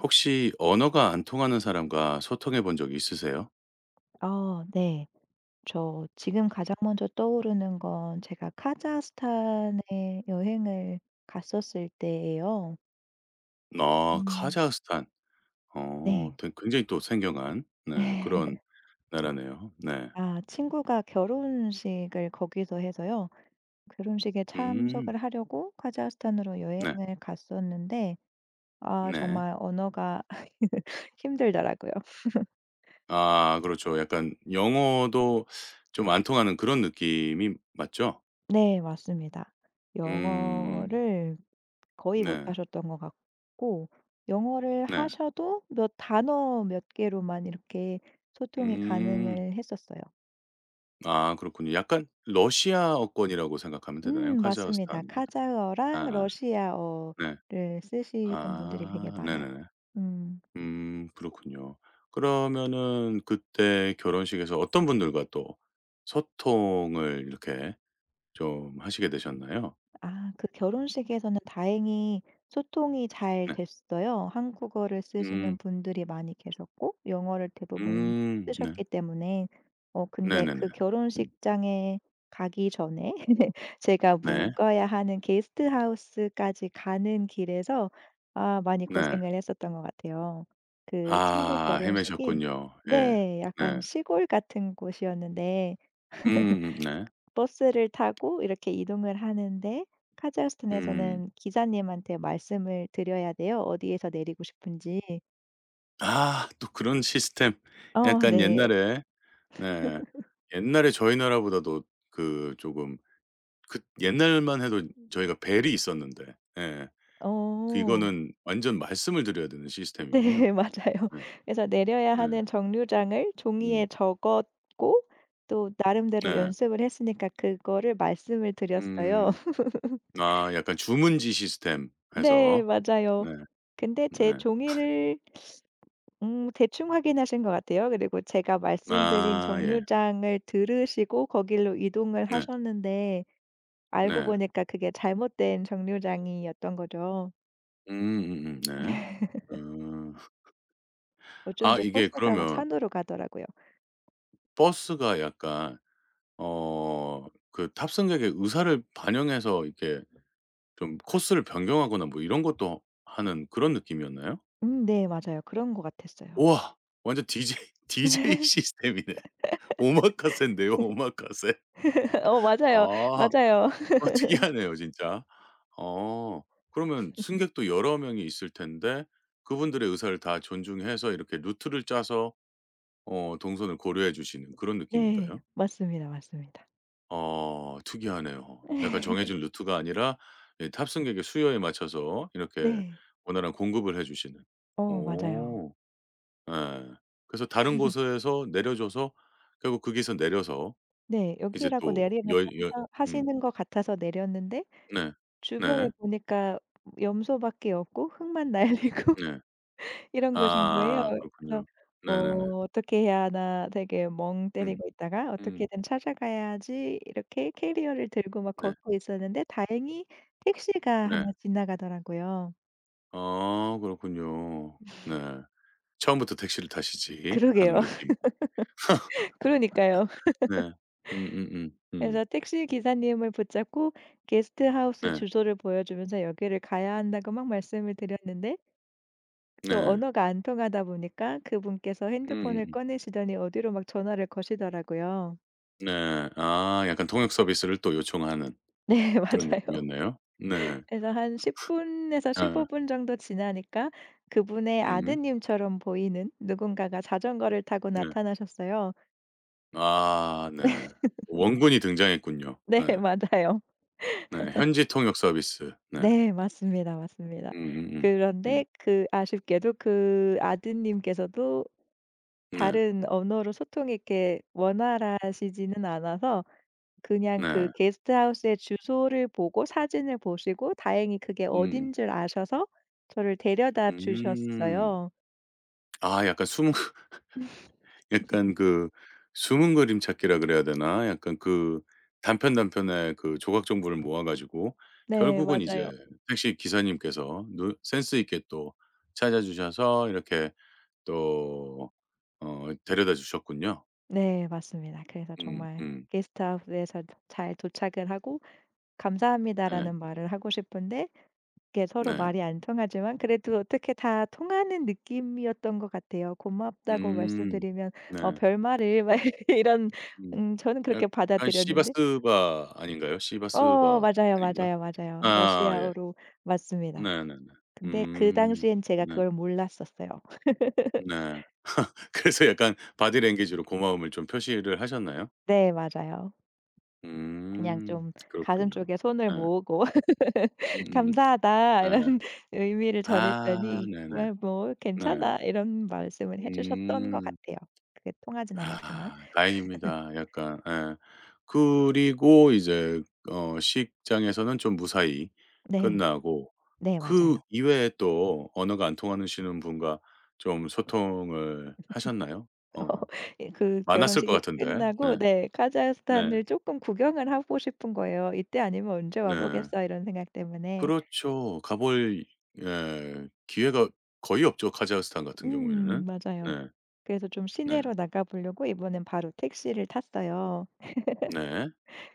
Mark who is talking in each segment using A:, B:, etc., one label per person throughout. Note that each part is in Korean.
A: 혹시 언어가 안 통하는 사람과 소통해 본 적 있으세요?
B: 어 네. 저 지금 가장 먼저 떠오르는 건 제가 카자흐스탄에 여행을 갔었을 때예요.
A: 아,
B: 음.
A: 카자흐스탄. 어
B: 네.
A: 되 굉장히 또 생경한 네 그런 나라네요. 네.
B: 아 친구가 결혼식을 거기서 해서요. 결혼식에 참석을
A: 음.
B: 하려고 카자흐스탄으로
A: 네.
B: 여행을 갔었는데 아
A: 네.
B: 정말 언어가 힘들더라고요.
A: 아, 그렇죠. 약간 영어도 좀 안 통하는 그런 느낌이 맞죠?
B: 네 맞습니다.
A: 음.
B: 영어를 거의
A: 네.
B: 못하셨던 것 같고 영어를
A: 네.
B: 하셔도 몇 단어 몇 개로만 이렇게 소통이
A: 음.
B: 가능을 했었어요.
A: 아, 그렇군요. 약간 러시아어권이라고 생각하면 되나요?
B: 맞습니다.
A: 카자흐스탄 같은.
B: 카자흐어랑
A: 아 네.
B: 러시아어를 쓰시는 분들이 되게
A: 아
B: 많아요.
A: 네네네.
B: 음.
A: 그렇군요. 그러면은 그때 결혼식에서 어떤 분들과 또 소통을 이렇게 좀 하시게 되셨나요?
B: 아 그 결혼식에서는 다행히 소통이 잘
A: 네.
B: 됐어요. 한국어를 쓰시는
A: 음.
B: 분들이 많이 계셨고 영어를 대부분
A: 음. 네.
B: 쓰셨기 때문에. 어 근데
A: 네네네.
B: 그
A: 음.
B: 결혼식장에 가기 전에 제가
A: 네.
B: 묵어야 하는 게스트하우스까지 가는 길에서 아 많이
A: 네.
B: 고생을 했었던 것 같아요. 그 친구
A: 아,
B: 결혼식이
A: 헤매셨군요. 예.
B: 네 약간
A: 네.
B: 시골 같은 곳이었는데
A: 음음 네.
B: 버스를 타고 이렇게 이동을 하는데
A: 음.
B: 카자흐스탄에서는 기사님한테 말씀을 드려야 돼요. 어디에서 내리고 싶은지.
A: 아, 또 그런 시스템.
B: 어
A: 약간
B: 네.
A: 옛날에. 네. 옛날에 저희 나라보다도 그 조금 그 옛날만 해도 저희가 벨이 있었는데 예.
B: 어.
A: 이거는 완전 말씀을 드려야 되는 시스템이군요.
B: 네 맞아요.
A: 네.
B: 그래서 내려야
A: 네.
B: 하는 정류장을 종이에
A: 음.
B: 적었고 또 나름대로
A: 네.
B: 연습을 했으니까 그거를 말씀을 드렸어요.
A: 음. 아, 약간 주문지 시스템
B: 네
A: 해서.
B: 맞아요.
A: 네.
B: 근데
A: 네.
B: 제 종이를 대충 확인하신 것 같아요. 그리고 제가 말씀드린
A: 아 예.
B: 정류장을 들으시고 거길로 이동을
A: 네.
B: 하셨는데 알고
A: 네.
B: 보니까 그게 잘못된 정류장이었던 거죠.
A: 네. 음. 아,
B: 어쩐지
A: 이게
B: 버스가 막
A: 그러면
B: 산으로 가더라고요.
A: 버스가 약간 어 그 탑승객의 의사를 반영해서 이렇게 좀 코스를 변경하거나 뭐 이런 것도 하는 그런 느낌이었나요?
B: 네 맞아요. 그런 것 같았어요.
A: 우와. 완전 DJ 제이 시스템이네. 오마카세인데요, 오마카세.
B: 어 맞아요,
A: 아.
B: 맞아요.
A: 어 특이하네요 진짜. 어. 그러면 승객도 여러 명이 있을 텐데 그분들의 의사를 다 존중해서 이렇게 루트를 짜서 어 동선을 고려해 주시는 그런
B: 네.
A: 느낌인가요?
B: 맞습니다, 맞습니다.
A: 어 특이하네요. 약간 정해진 루트가 아니라 예 탑승객의 수요에 맞춰서 이렇게
B: 네.
A: 원활한 공급을 해 주시는.
B: 어 맞아요.
A: 오. 예. 그래서 다른 곳에서 내려줘서 결국 거기서 내려서
B: 네.
A: 이제
B: 여기라고
A: 또
B: 내리라고
A: 여 여
B: 하
A: 음.
B: 하시는 것 같아서 내렸는데
A: 네. 네.
B: 주변을 보니까 염소밖에 없고 흙만 날리고
A: 네.
B: 이런 곳인 거예요.
A: 아
B: 그래서
A: 그렇군요.
B: 어
A: 네네네.
B: "어떻게 해야 하나." 되게 멍
A: 음.
B: 때리고 있다가
A: 음.
B: "어떻게든 찾아가야지." 이렇게 캐리어를 들고 막
A: 네.
B: 걷고 있었는데 다행히 택시가 하나
A: 네.
B: 지나가더라고요.
A: 아 그렇군요. 네. 처음부터 택시를 타시지 하는
B: 그러게요.
A: 느낌.
B: 그러니까요.
A: 네. 음음음. 음.
B: 그래서 택시 기사님을 붙잡고 게스트하우스
A: 네.
B: 주소를 보여주면서 "여기를 가야 한다."고 막 말씀을 드렸는데 또
A: 네.
B: 언어가 안 통하다 보니까 그분께서 핸드폰을
A: 음음음.
B: 꺼내시더니 어디로 막 전화를 거시더라고요.
A: 네. 아, 약간 통역 서비스를 또 요청하는
B: 네
A: 그런
B: 맞아요.
A: 느낌이었네요. 네.
B: 그래서 한 10 분에서 15
A: 예.
B: 분 정도 지나니까 그분의
A: 음.
B: 아드님처럼 보이는 누군가가 자전거를 타고
A: 네.
B: 나타나셨어요.
A: 아 네. 원군이 등장했군요.
B: 네
A: 네.
B: 맞아요.
A: 네. 현지 통역 서비스. 네.
B: 네 맞습니다, 맞습니다.
A: 음음음.
B: 그런데
A: 음.
B: 그 아쉽게도 그 아드님께서도
A: 네.
B: 다른 언어로 소통이 이렇게 원활하시지는 않아서 그냥 그
A: 네.
B: 게스트하우스의 주소를 보고 사진을 보시고 다행히 그게
A: 음음.
B: 어딘 줄 아셔서 저를 데려다
A: 음.
B: 주셨어요.
A: 아 약간 숨은 약간 그 숨은 그림 찾기라 그래야 되나? 약간 그 단편단편의 그 조각 정보를 모아 가지고
B: 네
A: 결국은 이제
B: 맞아요.
A: 택시 기사님께서 누 센스 있게 또 찾아 주셔서 이렇게 또 어 데려다 주셨군요.
B: 네 맞습니다. 그래서
A: 음
B: 정말
A: 음.
B: 게스트하우스에서 잘 도착을 하고
A: 네.
B: "감사합니다."라는 말을 하고 싶은데 이게 서로
A: 네.
B: 말이 안 통하지만 그래도 어떻게 다 통하는 느낌이었던 것 같아요. 고맙다고
A: 음.
B: 말씀드리면 어
A: 네.
B: 별말을 막 이런
A: 음.
B: 저는 그렇게
A: 약간
B: 받아들였는데
A: 시바스바 아닌가요?
B: 어
A: 시바스바
B: 맞아요,
A: 아닌가?
B: 맞아요, 맞아요.
A: 아 예.
B: 러시아어로 맞습니다.
A: 네네네.
B: 근데 그
A: 음.
B: 당시엔 제가
A: 네.
B: 그걸 몰랐었어요.
A: 네. 그래서 약간 바디 랭귀지로 고마움을 좀 표시를 하셨나요?
B: 네 맞아요. 그냥
A: 음.
B: 좀 가슴
A: 그렇군요.
B: 쪽에 손을
A: 네.
B: 모으고
A: 음음.
B: "감사하다."
A: 네.
B: 이런 의미를
A: 아
B: 전했더니
A: 네네.
B: "왜 뭐
A: 네.
B: 괜찮아." 이런 말씀을 해 주셨던 것
A: 음.
B: 같아요. 그게 통하진 않았지만.
A: 아, 다행입니다. 약간 예. 그리고 이제 어 시장에서는 좀 무사히
B: 네.
A: 끝나고
B: 네
A: 그
B: 맞아요.
A: 이외에 또 언어가 안 통하시는 분과 좀 소통을 하셨나요? 어
B: 예 그
A: 많았을 것
B: 결혼식이
A: 같은데.
B: 끝나고
A: 네.
B: 네
A: 네.
B: 카자흐스탄을 조금 구경을 하고 싶은 거예요. "이때 아니면 언제 와
A: 네.
B: 보겠어." 이런 생각 때문에.
A: 그렇죠. 가볼 예 기회가 거의 없죠, 카자흐스탄 같은 경우에는.
B: 맞아요.
A: 네.
B: 그래서 좀
A: 네.
B: 시내로 나가 보려고 이번엔 바로 택시를 탔어요.
A: 네.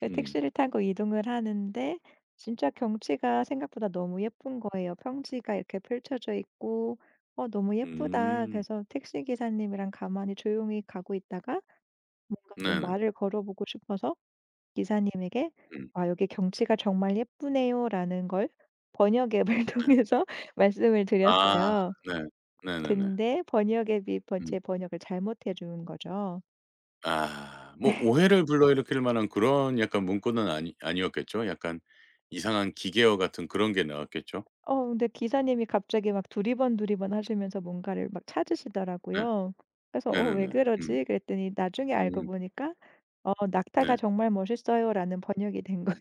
B: 네,
A: 음.
B: 택시를 타고 이동을 하는데 진짜 경치가 생각보다 너무 예쁜 거예요. 평지가 이렇게 펼쳐져 있고 어 너무 예쁘다.
A: 음.
B: 그래서 택시 기사님이랑 가만히 조용히 가고 있다가 뭔가 좀
A: 네네.
B: 말을 걸어보고 싶어서 기사님에게
A: 음.
B: "아 여기 경치가 정말 예쁘네요."라는 걸 번역 앱을 통해서 말씀을
A: 아
B: 드렸어요.
A: 네. 네네네.
B: 근데 번역 앱이 번
A: 음.
B: 제 번역을 잘못해 준 거죠.
A: 아, 뭐 오해를 불러일으킬 만한 그런 약간 문구는 아니 아니었겠죠? 약간 이상한 기계어 같은 그런 게 나왔겠죠?
B: 어 근데 기사님이 갑자기 막 두리번두리번 하시면서 뭔가를 막
A: 네.
B: 찾으시더라고요. 그래서 "어 왜
A: 네네네. 음.
B: 그러지?" 그랬더니 나중에 알고
A: 음.
B: 보니까 어 "낙타가
A: 네.
B: 정말 멋있어요."라는 번역이 된 거예요.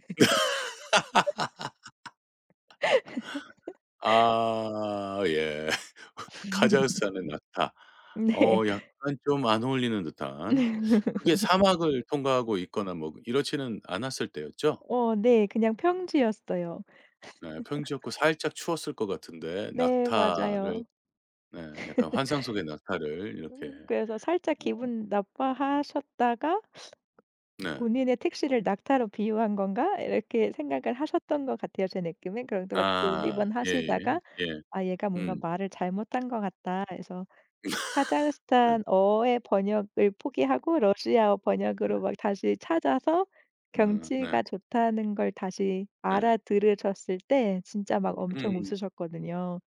A: 아 예. 카자흐스탄의 낙타.
B: 네.
A: 어 약간 좀 안 어울리는 듯한 그게 사막을 통과하고 있거나 뭐 이렇지는 않았을 때였죠?
B: 어 네. 그냥 평지였어요.
A: 네. 평지였고 살짝 추웠을 것 같은데
B: 네
A: 낙타를
B: 맞아요.
A: 네 약간 환상 속의 낙타를 이렇게.
B: 그래서 살짝 기분 나빠하셨다가
A: 네.
B: "본인의 택시를 낙타로 비유한 건가?" 이렇게 생각을 하셨던 것 같아요, 제 느낌에 그런데 막
A: 아
B: 두리번
A: 예예.
B: 하시다가
A: 예. 예.
B: "아 얘가 뭔가
A: 음.
B: 말을 잘못한 것 같다." 해서
A: 네
B: 카자흐스탄어의 번역을 포기하고 러시아어
A: 네.
B: 번역으로 막 다시 찾아서
A: 어 네
B: 경치가 좋다는 걸 다시
A: 네.
B: 알아들으셨을 때 진짜 막 엄청
A: 음음.
B: 웃으셨거든요.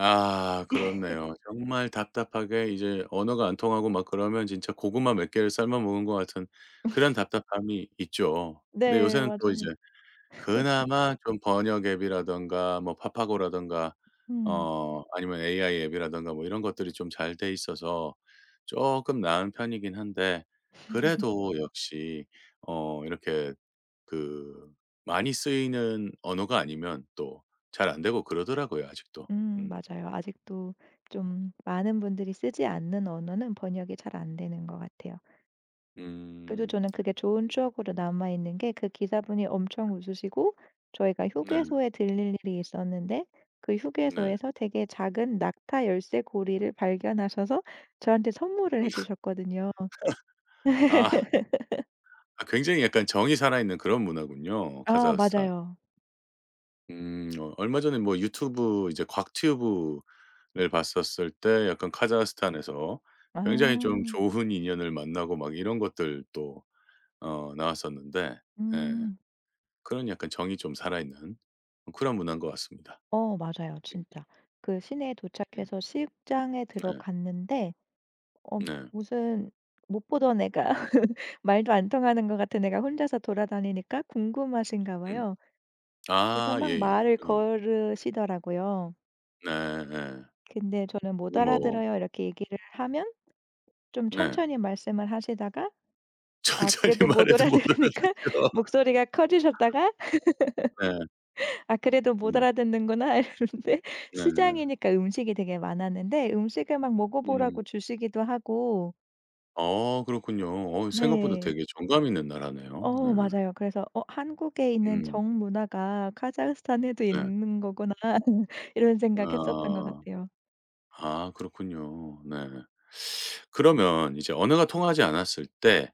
A: 아 그렇네요. 정말 답답하게 이제 언어가 안 통하고 막 그러면 진짜 고구마 몇 개를 삶아 먹은 것 같은 그런 답답함이 있죠. 근데
B: 네
A: 요새는 또 이제
B: 맞아요.
A: 그나마 좀 번역 앱이라든가 뭐 파파고라든가
B: 음.
A: 어 아니면 AI 앱이라든가 뭐 이런 것들이 좀 잘 돼 있어서 조금 나은 편이긴 한데 그래도 역시 어 이렇게 그 많이 쓰이는 언어가 아니면 또 잘 안 되고 그러더라고요 아직도. 음.
B: 맞아요. 아직도 좀 많은 분들이 쓰지 않는 언어는 번역이 잘 안 되는 것 같아요. 그래도
A: 음.
B: 저는 그게 좋은 추억으로 남아 있는 게 그 기사분이 엄청 웃으시고 저희가
A: 네.
B: 휴게소에 들릴 일이 있었는데 그
A: 네.
B: 휴게소에서 되게 작은 낙타 열쇠 고리를 발견하셔서 저한테 선물을 해 주셨거든요.
A: 아. 아, 굉장히 약간 정이 살아있는 그런 문화군요,
B: 아
A: 카자흐스탄.
B: 맞아요.
A: 음. 어 얼마 전에 뭐 유튜브 이제 곽튜브를 봤었을 때 약간 카자흐스탄에서 굉장히 좀
B: 아.
A: 좋은 인연을 만나고 막 이런 것들 또 어 나왔었는데 예
B: 음.
A: 그런 약간 정이 좀 살아있는 그런 문화인 것 같습니다.
B: 어 맞아요
A: 음
B: 진짜. 그 시내에
A: 음.
B: 도착해서 시장에
A: 네.
B: 들어갔는데 어
A: 네.
B: 무슨 못 보던 애가 말도 안 통하는 것 같은 애가 혼자서 돌아다니니까 궁금하신가
A: 음.
B: 봐요. 그래서
A: 아
B: 막
A: 예예.
B: 말을
A: 어.
B: 걸으시더라고요.
A: 네 예.
B: 근데 저는 "못
A: 그리고 뭐.
B: 알아들어요." 이렇게 얘기를 하면 좀
A: 네.
B: 천천히 말씀을 하시다가 아
A: 천천히
B: 그래도 못
A: 말해도 못
B: 알아들으니까
A: 알아듣죠.
B: 목소리가 커지셨다가
A: 네.
B: "아 그래도 못
A: 음.
B: 알아듣는구나." 이러는데
A: 네.
B: 시장이니까 음식이 되게 많았는데 음식을 막
A: 음.
B: 먹어보라고 주시기도 하고
A: 아 그렇군요. 어 생각보다
B: 네.
A: 되게 정감 있는 나라네요. 네.
B: 어 맞아요. 그래서 "어 한국에 있는
A: 음.
B: 정문화가 카자흐스탄에도
A: 네.
B: 있는 거구나." 이런 생각했었던 것
A: 아.
B: 같아요.
A: 아 그렇군요. 네. 그러면 이제 언어가 통하지 않았을 때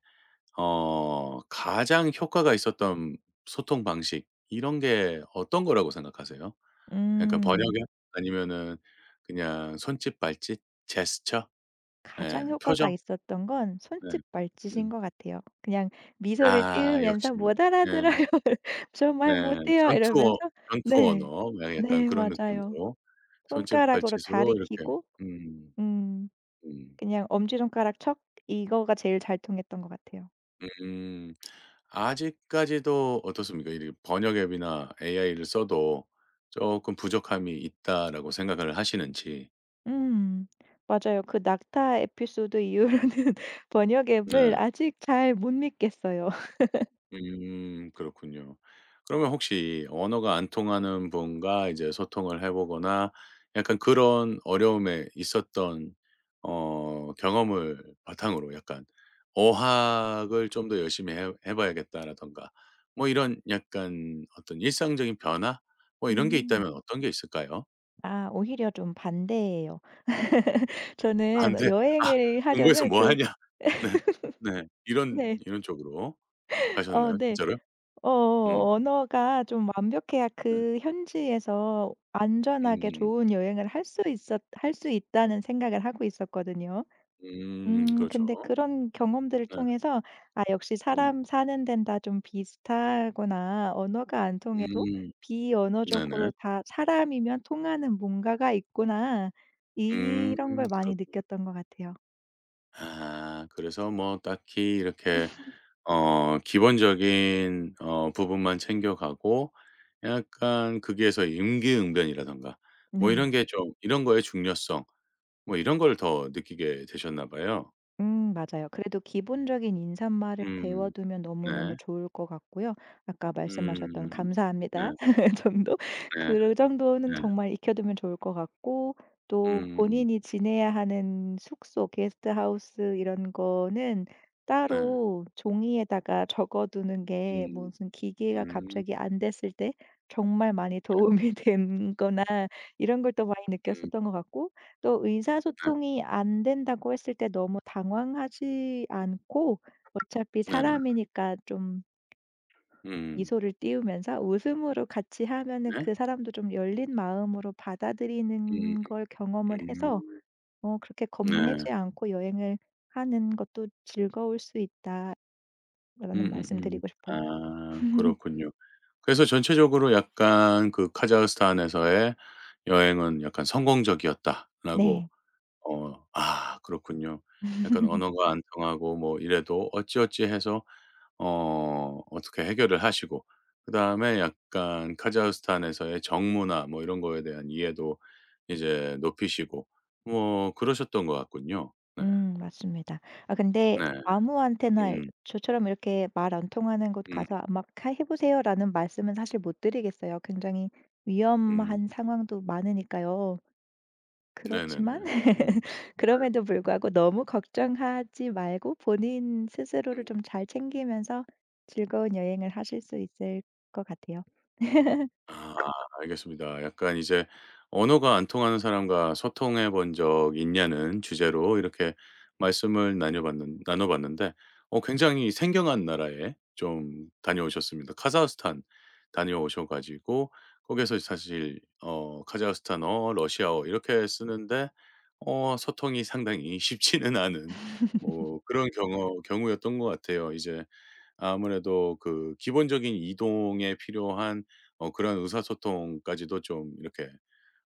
A: 어 가장 효과가 있었던 소통 방식 이런 게 어떤 거라고 생각하세요? 약간
B: 음.
A: 번역이요? 아니면은 그냥 손짓 발짓 제스처? 예.
B: 가장 효과가
A: 표정?
B: 있었던 건
A: 네.
B: 손짓 말짓인
A: 음.
B: 것 같아요. 그냥 미소를
A: 아 역시.
B: 띄우면서 "못
A: 예.
B: 알아들어요." "정말
A: 네.
B: 못해요."
A: 전투어
B: 이러면서
A: 전투
B: 네.
A: 언어 예 약간
B: 네
A: 그런
B: 맞아요.
A: 느낌으로 손짓
B: 손가락으로
A: 발짓으로 이렇게.
B: 가리키고
A: 음.
B: 음
A: 음.
B: 그냥 엄지손가락 척 이거가 제일 잘 통했던 것 같아요.
A: 음. 아직까지도 어떻습니까? 이 번역 앱이나 AI를 써도 쪼끔 부족함이 있다라고 생각을 하시는지.
B: 음. 맞아요. 그 낙타 에피소드 이후로는 번역
A: 네.
B: 앱을 아직 잘 못 믿겠어요.
A: 그렇군요. 그러면 혹시 언어가 안 통하는 분과 이제 소통을 해 보거나 약간 그런 어려움에 있었던 어 경험을 바탕으로 약간 '어학을 좀 더 열심히 해 봐야겠다.'라든가 뭐 이런 약간 어떤 일상적인 변화 뭐 이런 게
B: 음.
A: 있다면 어떤 게 있을까요?
B: 아 오히려 좀 반대예요. 저는
A: 반대. 아
B: 여행을
A: "공부해서
B: 하려면
A: 뭐
B: 그
A: 하냐." 네. 네. 이런
B: 네.
A: 이런 쪽으로
B: 어
A: 가셨나요
B: 네.
A: 진짜로요? 음.
B: 어어 언어가 좀 완벽해야
A: 네.
B: 그 현지에서 안전하게
A: 음.
B: 좋은 여행을 할 수 있다는 생각을 하고 있었거든요. 근데
A: 그렇죠.
B: 그런 경험들을
A: 네.
B: 통해서 "아 역시
A: 음.
B: 사람 사는 데는 다 좀 비슷하구나. 언어가 안 통해도
A: 음. 네네.
B: 비언어적으로 다 사람이면 통하는 뭔가가 있구나."
A: 음.
B: 이런 걸 많이
A: 그렇
B: 느꼈던 것 같아요.
A: 아 그래서 뭐 딱히 이렇게 어 기본적인 어 부분만 챙겨가고 약간 거기에서 임기응변이라든가 뭐
B: 네.
A: 이런 게 좀 이런 거의 중요성 뭐 이런 걸 더 느끼게 되셨나 봐요.
B: 맞아요. 그래도 기본적인 인사말을
A: 음.
B: 배워두면 너무너무
A: 네.
B: 좋을 것 같고요. 아까 말씀하셨던
A: 음. 네.
B: "감사합니다." 정도?
A: 네.
B: 그 정도는
A: 네.
B: 정말 익혀두면 좋을 것 같고 또
A: 음음.
B: 본인이 지내야 하는 숙소, 게스트하우스 이런 거는
A: 네.
B: 따로 종이에다가 적어두는 게
A: 음.
B: 무슨 기계가
A: 음.
B: 갑자기 안 됐을 때 정말 많이 도움이 된 거나 이런 걸 또 많이
A: 음.
B: 느꼈었던 것 같고 또
A: 네.
B: 의사소통이 안 된다고 했을 때 너무 당황하지 않고 어차피
A: 네네.
B: 사람이니까 좀
A: 음.
B: 미소를 띄우면서 웃음으로 같이 하면은
A: 네.
B: 그 사람도 좀 열린 마음으로
A: 음.
B: 받아들이는 걸 경험을 해서
A: 음.
B: 어 그렇게
A: 네.
B: 겁내지 않고 여행을 하는 것도 즐거울 수 있다라는
A: 음음음.
B: 말씀드리고
A: 아
B: 싶어요.
A: 그렇군요. 그래서 전체적으로 약간 그 카자흐스탄에서의 여행은 약간 성공적이었다라고.
B: 네.
A: 어 아 그렇군요. 약간 언어가 안 통하고 뭐 이래도 어찌어찌 해서 어 어떻게 해결을 하시고 그다음에 약간 카자흐스탄에서의 정문화 뭐 이런 거에 대한 이해도 이제 높이시고 뭐 그러셨던 것 같군요. 네.
B: 맞습니다. 아 근데
A: 네.
B: 아무한테나
A: 음.
B: 저처럼 이렇게 말 안 통하는 곳
A: 음.
B: 가서 아, 막 "하 해 보세요."라는 말씀은 사실 못 드리겠어요. 굉장히
A: 음.
B: 위험한 상황도 많으니까요.
A: 네네네.
B: 그렇지만
A: 음.
B: 그럼에도 불구하고 너무 걱정하지 말고 본인 스스로를
A: 음.
B: 좀 잘 챙기면서 즐거운 여행을 하실 수 있을 것 같아요.
A: 아. 알겠습니다. 약간 이제 언어가 안 통하는 사람과 소통해 본 적 있냐는 주제로 이렇게 말씀을 나눠 봤는데 어 굉장히 생경한 나라에 좀 다녀오셨습니다. 카자흐스탄 다녀오셔 가지고 거기에서 사실 어 카자흐스탄어, 러시아어 이렇게 쓰는데 어 소통이 상당히 쉽지는 않은 뭐 그런 경어 경우였던 것 같아요. 이제 아무래도 그 기본적인 이동에 필요한 어 그런 의사소통까지도 좀 이렇게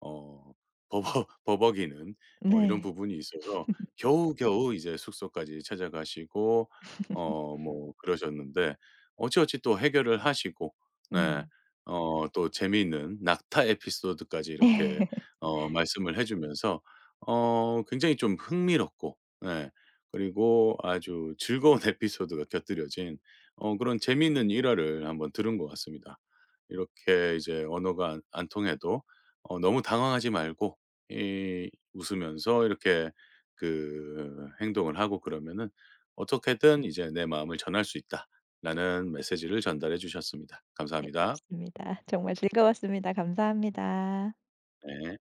A: 어 버벅 버벅이는 어 이런
B: 네.
A: 부분이 있어서 겨우겨우 이제 숙소까지 찾아가시고 어 뭐 그러셨는데 어찌어찌 또 해결을 하시고 네.
B: 음.
A: 어 또 재미있는 낙타 에피소드까지 이렇게 어 말씀을 해 주면서 어 굉장히 좀 흥미롭고 네 그리고 아주 즐거운 에피소드가 곁들여진 어 그런 재미있는 일화를 한번 들은 것 같습니다. 이렇게 이제 언어가 안 통해도 어 너무 당황하지 말고 이 웃으면서 이렇게 그 행동을 하고 그러면은 어떻게든 이제 '내 마음을 전할 수 있다.'라는 메시지를 전달해 주셨습니다.
B: 네
A: 감사합니다.
B: 맞습니다. 정말 즐거웠습니다. 감사합니다.
A: 네.